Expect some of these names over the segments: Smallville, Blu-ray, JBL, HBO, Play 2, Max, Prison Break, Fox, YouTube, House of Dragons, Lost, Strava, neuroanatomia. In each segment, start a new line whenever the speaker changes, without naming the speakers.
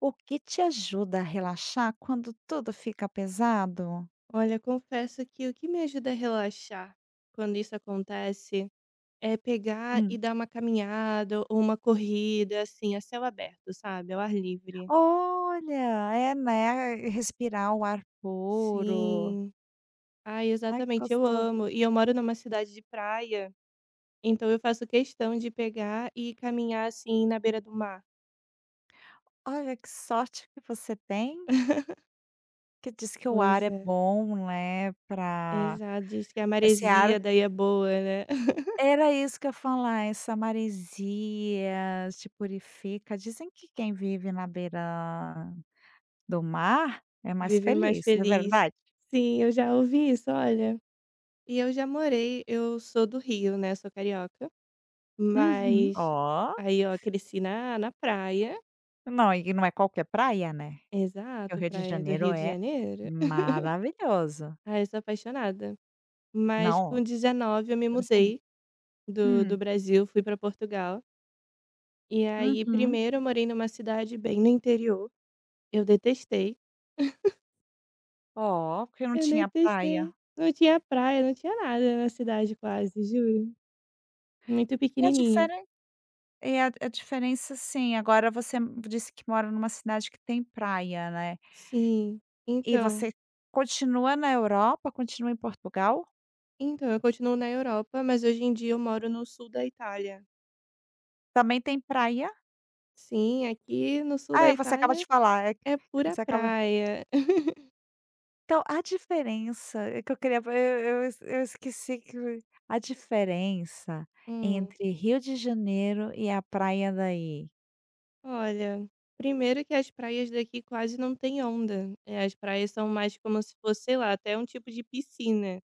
O que te ajuda a relaxar quando tudo fica pesado?
Olha, confesso que o que me ajuda a relaxar quando isso acontece é pegar e
Hum.
dar uma caminhada ou uma corrida, assim, a céu aberto, sabe? Ao ar livre.
Olha, é, né, respirar o ar puro.
Sim. Ai,
Ai, que
exatamente, eu
gostoso.
amo. E eu moro numa cidade de praia, então eu faço questão de pegar e caminhar, assim, na beira do mar.
Olha, que sorte que você tem, que diz que o
Pois
ar é
é.
bom, né, pra
Exato, diz que a
esse ar
maresia daí é boa, né?
era isso que eu ia falar, essa maresia te purifica. Dizem que quem vive na beira do mar é mais
Vive mais
feliz, não é
feliz.
verdade?
Sim, eu já ouvi isso, olha. E eu já morei eu sou do Rio, né, sou carioca,
Uhum.
mas
Ó,
aí, ó, cresci na praia.
não, e não é qualquer praia, né? Que o
Exato,
Rio de
praia do
Janeiro
Rio de
é
Janeiro.
maravilhoso.
Ai, eu sou apaixonada. Mas
Não,
com 19 eu me
impressionante.
mudei do
Hum,
do Brasil, fui pra Portugal, e aí
uhum.
primeiro eu morei numa cidade bem no interior, eu detestei,
Ó, porque não
eu
tinha
detestei.
praia.
Não tinha praia, não tinha nada na cidade quase, juro. Muito
E a
pequenininha.
diferen e a diferença sim, agora você disse que mora numa cidade que tem praia, né.
Sim,
E você
então
continua na Europa, continua em Portugal?
Então, eu continuo na Europa, mas hoje em dia eu moro no sul da Itália.
Também tem praia?
Sim, aqui no sul
Ah,
da
é, você acaba
Itália
de falar, é que
é pura
você acaba
praia.
então, a diferença é que eu queria eu esqueci que a diferença
Hum,
entre Rio de Janeiro e a praia daí,
olha, primeiro que as praias daqui quase não tem onda. É, as praias são mais como se fosse, sei lá, até um tipo de piscina,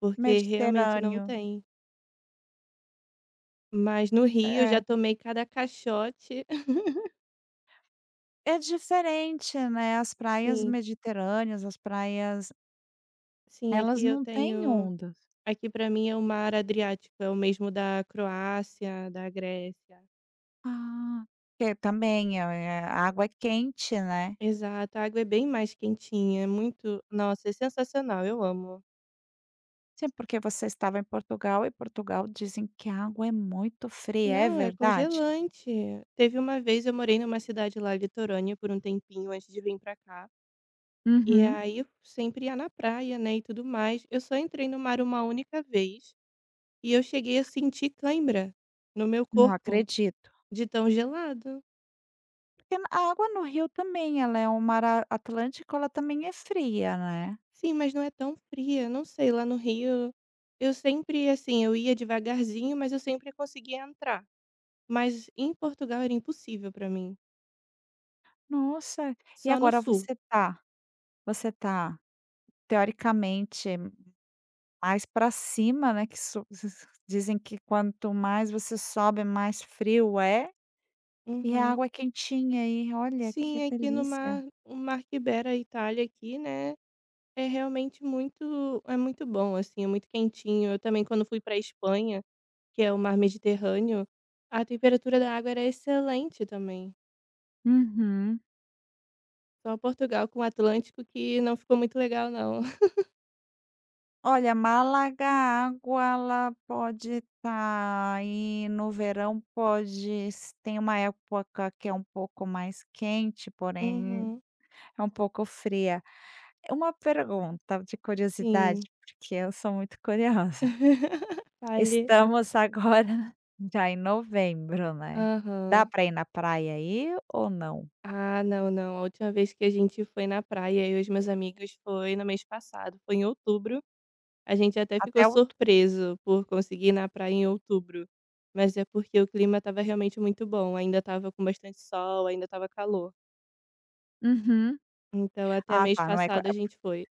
porque realmente não
Mediterrâneo,
tem. Mas no Rio eu já
é,
tomei cada caixote.
é diferente, né, as praias
Sim,
mediterrâneas, as praias
sim, aqui
elas
eu
não têm
tenho.
ondas.
Aqui pra mim é o mar Adriático, é o mesmo da Croácia, da Grécia.
Ah, porque também, a água é quente, né.
Exato, a água é bem mais quentinha, é muito nossa, é sensacional, eu amo.
Sim, porque você estava em Portugal e Portugal dizem que a água é muito fria, é
Não, é
verdade?
congelante. Teve uma vez, eu morei numa cidade lá litorânea por um tempinho antes de vir pra cá, e
Uhum,
aí eu sempre ia na praia, né, e tudo mais. Eu só entrei no mar uma única vez, e eu cheguei a sentir cãibra no meu
não
corpo,
acredito.
de tão gelado.
Porque a água no rio também, ela é um mar a Atlântico, ela também é fria, né.
Sim, mas não é tão fria, não sei, lá no Rio, eu sempre, assim, eu ia devagarzinho, mas eu sempre conseguia entrar. Mas em Portugal era impossível pra mim,
Nossa, e
só no
agora
sul.
você tá teoricamente mais pra cima, né, que so dizem que quanto mais você sobe, mais frio é, e a
Uhum.
água é quentinha aí. Olha que
Sim, aqui no
delícia.
mar o mar que beira a Itália aqui, né, é realmente muito bom, assim, é muito quentinho. Eu também quando fui pra Espanha, que é o mar Mediterrâneo, a temperatura da água era excelente também.
Uhum.
Só Portugal com o Atlântico que não ficou muito legal não.
Olha, Málaga, a água ela pode estar aí no verão pode s tem uma época que é um pouco mais quente, porém
Uhum.
é um pouco fria. Uma pergunta de curiosidade,
Sim.
porque eu sou muito curiosa.
Vale.
Estamos agora já em novembro, né. Dá
Aham.
para ir na praia aí ou não?
Ah, não, não. A última vez que a gente foi na praia, eu e os meus amigos, foi no mês passado, foi em outubro. A gente até ficou
Até o
surpreso por conseguir ir na praia em outubro, mas é porque o clima estava realmente muito bom, ainda estava com bastante sol, ainda estava calor.
Uhum.
Então, até
Ah
mês
tá, não é co
passado a gente foi.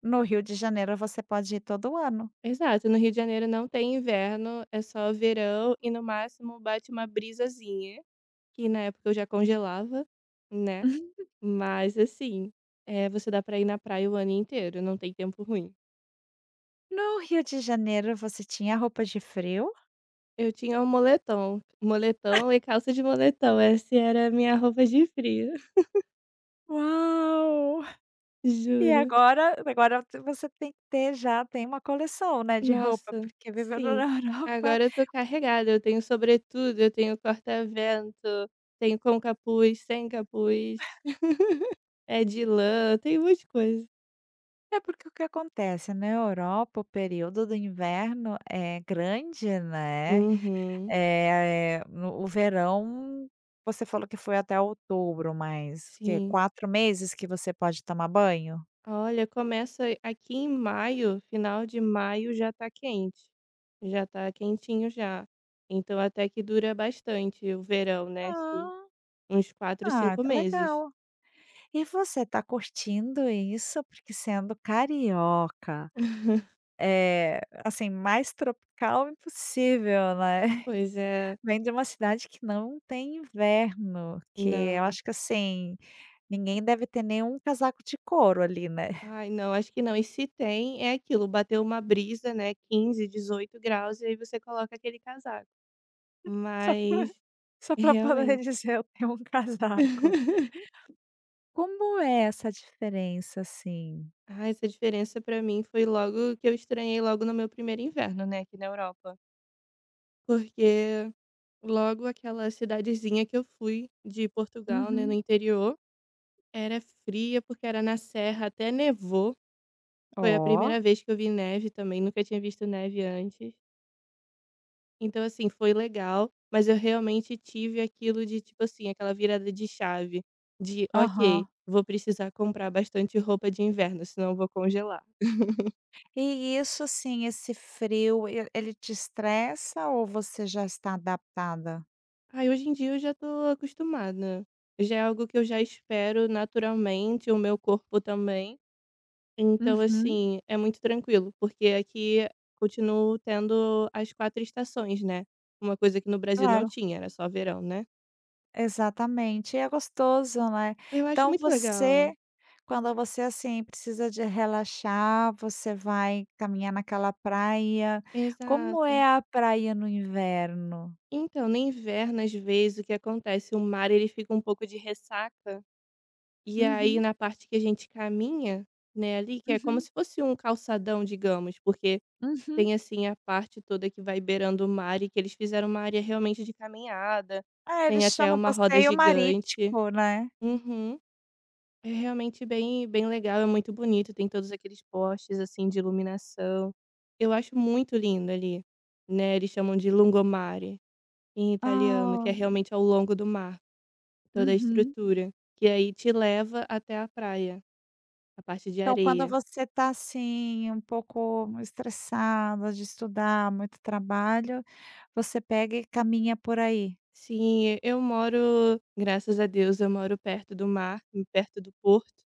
no Rio de Janeiro você pode ir todo ano.
Exato, no Rio de Janeiro não tem inverno, é só verão e no máximo bate uma brisazinha, que na época eu já congelava, né? Mas assim, é, você dá pra ir na praia o ano inteiro, não tem tempo ruim.
No Rio de Janeiro você tinha roupa de frio?
Eu tinha um moletom. Moletom e calça de moletom, essa era a minha roupa de frio,
Uau! E
juro.
agora você tem que ter já tem uma coleção, né, de roupa,
Nossa,
porque vivendo
sim.
na Europa
Agora eu tô carregada, eu tenho sobretudo, eu tenho corta-vento, tenho com capuz, sem capuz, é de lã, tem um monte de coisa.
é porque o que acontece na Europa, o período do inverno é grande, né.
Uhum,
É no o verão, você falou que foi até outubro, mas que
sim.
4 meses que você pode tomar banho?
Olha, começa aqui em maio, final de maio já tá quente, já tá quentinho já. Então até que dura bastante o verão, né,
Ah.
uns 4,
Ah,
5
tá
meses.
legal. E você tá curtindo isso? Porque sendo carioca, é assim, mais tropical impossível, né.
Pois é,
Vem de uma cidade que não tem inverno, que eu
não.
acho que assim ninguém deve ter nenhum casaco de couro ali, né.
Ai, não, acho que não. E se tem, é aquilo, bateu uma brisa, né, 15, 18 graus, e aí você coloca aquele casaco.
Só pra
Mas,
só pra poder
realmente.
dizer: "Eu tenho um casaco". Como é essa diferença, assim?
Ah, essa diferença pra mim foi logo que eu estranhei logo no meu primeiro inverno, né, aqui na Europa. Porque logo aquela cidadezinha que eu fui de Portugal, né, no
Uhum.
interior, era fria porque era na serra, até nevou. Foi a
Ó.
primeira vez que eu vi neve também, nunca tinha visto neve antes. Então, assim, foi legal, mas eu realmente tive aquilo de, tipo assim, aquela virada de chave, de ok,
Aham.
vou precisar comprar bastante roupa de inverno, senão eu vou congelar.
E isso, assim, esse frio, e ele te estressa ou você já está adaptada?
Aí hoje em dia eu já tô acostumada. Já é algo que eu já espero naturalmente, o meu corpo também. Então,
Uhum.
assim, é muito tranquilo, porque aqui continuo tendo as quatro estações, né? Uma coisa que no Brasil não
Claro.
tinha, era só verão, né?
Exatamente, e é gostoso, né.
Eu acho
Então
muito
você
legal.
quando você, assim, precisa de relaxar, você vai caminhar naquela praia. Como
Exato.
é a praia no inverno?
Então, no inverno, às vezes, o que acontece? O mar ele fica um pouco de ressaca, e aí
Uhum,
na parte que a gente caminha, né, ali, que é como
uhum,
se fosse um calçadão, digamos, porque
uhum.
tem assim a parte toda que vai beirando o mar e que eles fizeram uma área realmente de caminhada,
É, eles
tem até
chamam
uma roda
passeio
gigante.
marítimo, né.
Uhum. É realmente bem bem legal, é muito bonito, tem todos aqueles postes, assim, de iluminação. Eu acho muito lindo ali, né, eles chamam de lungomare em italiano, que
Ah,
é realmente ao longo do mar, toda a
uhum.
estrutura, que aí te leva até a praia, a parte de
Então quando
areia.
você está, assim, um pouco estressada de estudar, muito trabalho, você pega e caminha por aí.
Sim, eu moro graças a Deus, eu moro perto do mar, perto do porto.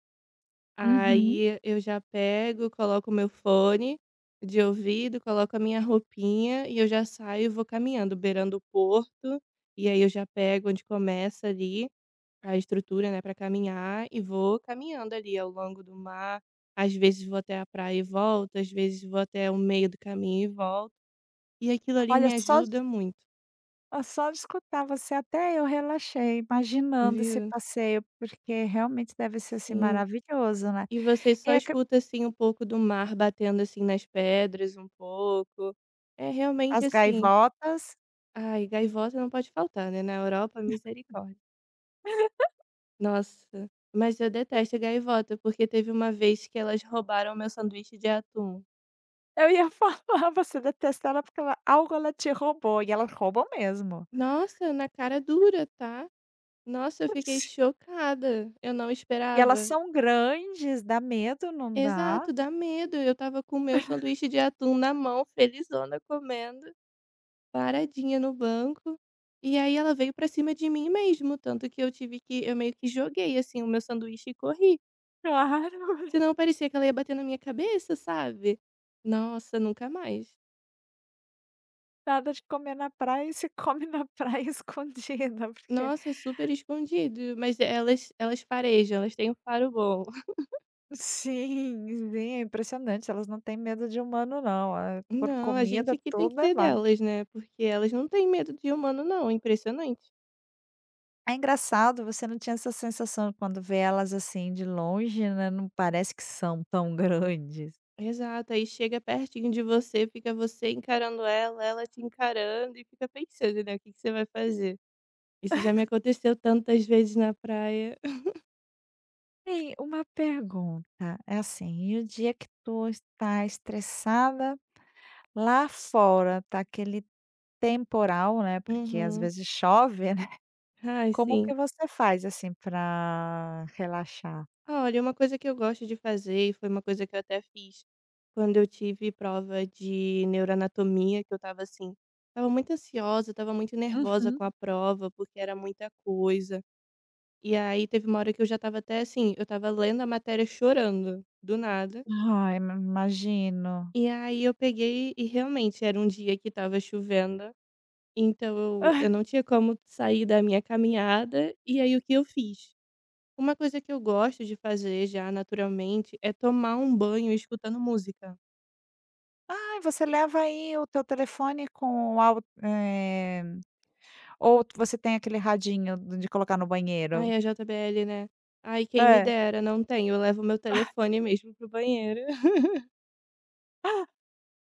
Uhum.
Aí eu já pego, coloco o meu fone de ouvido, coloco a minha roupinha e eu já saio e vou caminhando, beirando o porto. E aí eu já pego onde começa ali a estrutura, né, para caminhar e vou caminhando ali ao longo do mar. Às vezes vou até a praia e volto, às vezes vou até o meio do caminho e volto. E aquilo ali
Olha,
me
só
ajuda muito,
Ah, só de escutar você até eu relaxei, imaginando esse
viu?
passeio, porque realmente deve ser, assim,
Sim.
maravilhoso, né.
E você só
E aque
escuta, assim, um pouco do mar batendo, assim, nas pedras um pouco. É realmente
As
assim
gaivotas
ai, gaivota não pode faltar, né, na Europa, misericórdia. Nossa, mas eu detesto gaivota, porque teve uma vez que elas roubaram meu sanduíche de atum.
Eu ia falar, você detesta ela porque ela algo ela te roubou, e elas roubam mesmo.
Nossa, na cara dura, tá. Nossa, eu fiquei
Si
chocada, eu não
E elas
esperava.
são grandes, dá medo, não dá?
Exato, dá medo, eu estava com o meu sanduíche de atum na mão, felizona comendo. Paradinha no banco, e aí ela veio pra cima de mim mesmo, tanto que eu meio que joguei, assim, o meu sanduíche e corri,
Claro,
senão parecia que ela ia bater na minha cabeça, sabe. Nossa, nunca mais.
nada de comer na praia e se come na praia escondida, porque
Nossa, é super escondido, mas elas farejam, elas têm um faro bom.
sim, sim, é impressionante, elas não têm medo de humano não, eh, por
Não, a gente
comida
aqui tem que
tudo é
ter
válido.
delas, né, porque elas não têm medo de humano não, é impressionante.
É engraçado, você não tinha essa sensação quando vê elas, assim, de longe, né, não parece que são tão grandes.
Exato, aí chega pertinho de você, fica você encarando ela, ela te encarando e fica pensando, né, o que que você vai fazer. Isso já me aconteceu tantas vezes na praia.
Tem uma pergunta, é assim, e o dia que tu está estressada, lá fora tá aquele temporal, né, porque às
Uhum.
vezes chove, né,
Ai,
como que
sim.
você faz, assim, para relaxar?
Ah, olha, uma coisa que eu gosto de fazer, e foi uma coisa que eu até fiz quando eu tive prova de neuroanatomia, que eu estava assim, estava muito ansiosa, estava muito nervosa
Uhum.
com a prova, porque era muita coisa. E aí teve uma hora que eu já estava até assim, eu estava lendo a matéria chorando, do nada.
Ai, imagino.
E aí eu peguei e realmente era um dia que estava chovendo. Então eu não tinha como sair da minha caminhada, e aí o que eu fiz? Uma coisa que eu gosto de fazer já naturalmente é tomar um banho escutando música.
Ai, você leva aí o teu telefone com o al eh ou você tem aquele radinho de colocar no
Ai,
banheiro?
a JBL, né. Ai, quem me
É,
dera, não tenho, eu levo meu telefone mesmo pro banheiro.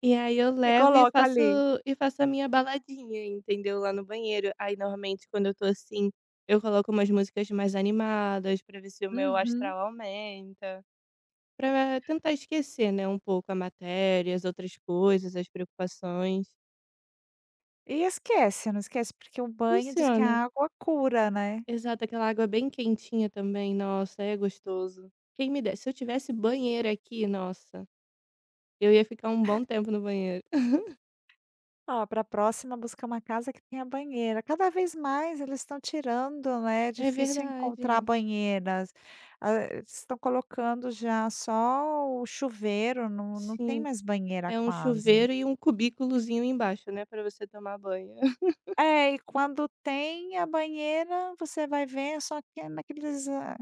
E aí eu
e
levo e
coloca
faço
ali.
a minha baladinha, entendeu, lá no banheiro. Aí normalmente quando eu tô assim, eu coloco umas músicas mais animadas pra ver se o meu
Uhum.
astral aumenta. Para tentar esquecer, né, um pouco a matéria, as outras coisas, as preocupações.
E esquece, não esquece, porque o banho diz que
Funciona.
a água cura, né.
Exato, aquela água bem quentinha também, nossa, é gostoso. Quem me dera, se eu tivesse banheiro aqui, nossa, eu ia ficar um bom tempo no banheiro.
Ó, para a próxima buscar uma casa que tenha banheira. Cada vez mais eles estão tirando, né, é
É
difícil encontrar
verdade.
banheiras. Ah, eles estão colocando já só o chuveiro, não tem
Sim,
mais banheira
é um
quase.
chuveiro e um cubículozinho embaixo, né, para você tomar banho.
É, e quando tem a banheira, você vai ver, só que é naqueles, ah,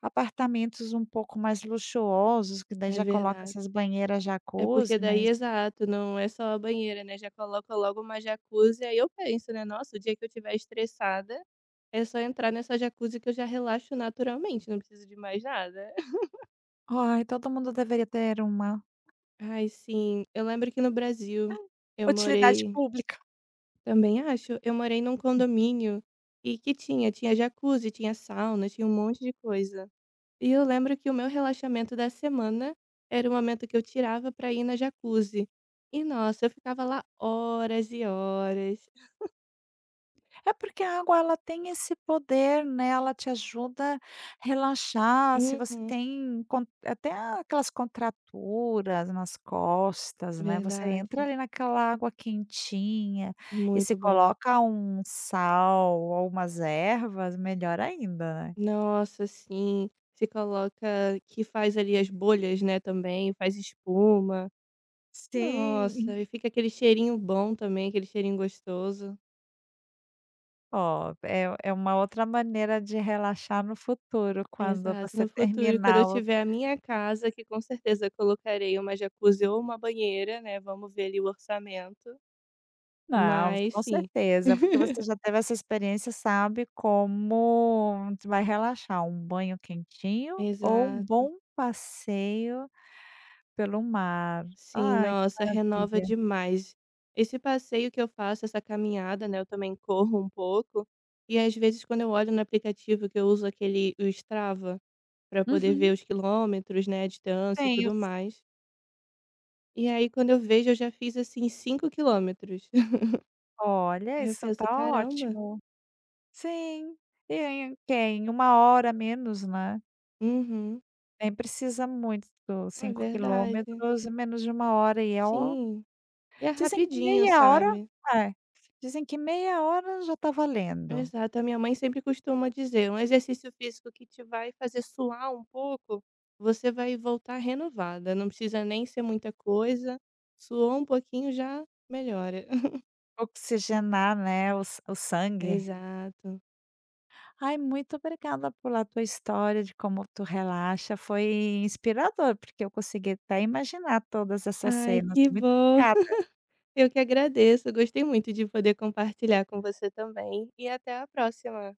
apartamentos um pouco mais luxuosos, que daí
É
já coloca
verdade.
essas banheiras
É
jacuzzi,
porque daí,
mas
exato, não é só a banheira, né, já coloca logo uma jacuzzi, aí eu penso, né: "Nossa, o dia que eu estiver estressada". É só entrar nessa jacuzzi que eu já relaxo naturalmente, não preciso de mais nada.
ai, todo mundo deveria ter uma
Ai, sim. Eu lembro que no Brasil eu
utilidade
morei
pública.
também acho, eu morei num condomínio e que tinha jacuzzi, tinha sauna, tinha um monte de coisa. E eu lembro que o meu relaxamento da semana era o momento que eu tirava pra ir na jacuzzi. E nossa, eu ficava lá horas e horas.
É porque a água ela tem esse poder, né, ela te ajuda a relaxar, se você
Uhum,
tem con até aquelas contraturas nas costas, né, você entra
verdade.
ali naquela água quentinha e se
Muito bom.
coloca um sal ou umas ervas, melhor ainda, né.
Nossa, sim. Se coloca que faz ali as bolhas, né, também, faz espuma.
Sim.
Nossa, e fica aquele cheirinho bom também, aquele cheirinho gostoso.
Ó, é uma outra maneira de relaxar no futuro, quando
Exato.
você
No futuro, quando eu
terminar o
tiver a minha casa, que com certeza colocarei uma jacuzzi ou uma banheira, né, vamos ver ali o orçamento,
não,
mas
com
sim.
certeza, porque você já teve essa experiência, sabe como tu vai relaxar, um banho quentinho ou um
Exato.
bom passeio pelo mar.
Sim,
Ai, que
nossa, renova
maravilha.
demais. Esse passeio que eu faço, essa caminhada, né, eu também corro um pouco, e às vezes quando eu olho no aplicativo que eu uso aquele, o Strava, para poder
Uhum,
ver os quilômetros, né, a distância e
tenho
tudo mais, e aí quando eu vejo eu já fiz, assim, 5 quilômetros.
olha,
Aí eu
isso
penso:
tá
"Caramba".
ótimo. Sim, e em que é em uma hora menos, né,
Uhum.
nem precisa muito,
É
cinco
verdade.
quilômetros, menos de uma hora e é o
Sim. E é
dizem que
rapidinho,
meia hora
sabe.
é, dizem que meia hora já tá valendo.
Exato, a minha mãe sempre costuma dizer: "Um exercício físico que te vai fazer suar um pouco, você vai voltar renovada, não precisa nem ser muita coisa, suou um pouquinho já melhora".
Oxigenar, né, o sangue.
Exato.
Ai, muito obrigada pela tua história de como tu relaxa, foi inspirador, porque eu consegui até imaginar todas essas
Ai,
cenas.
que
Muito
bom.
obrigada.
Eu que agradeço, gostei muito de poder compartilhar com você também, e até a próxima.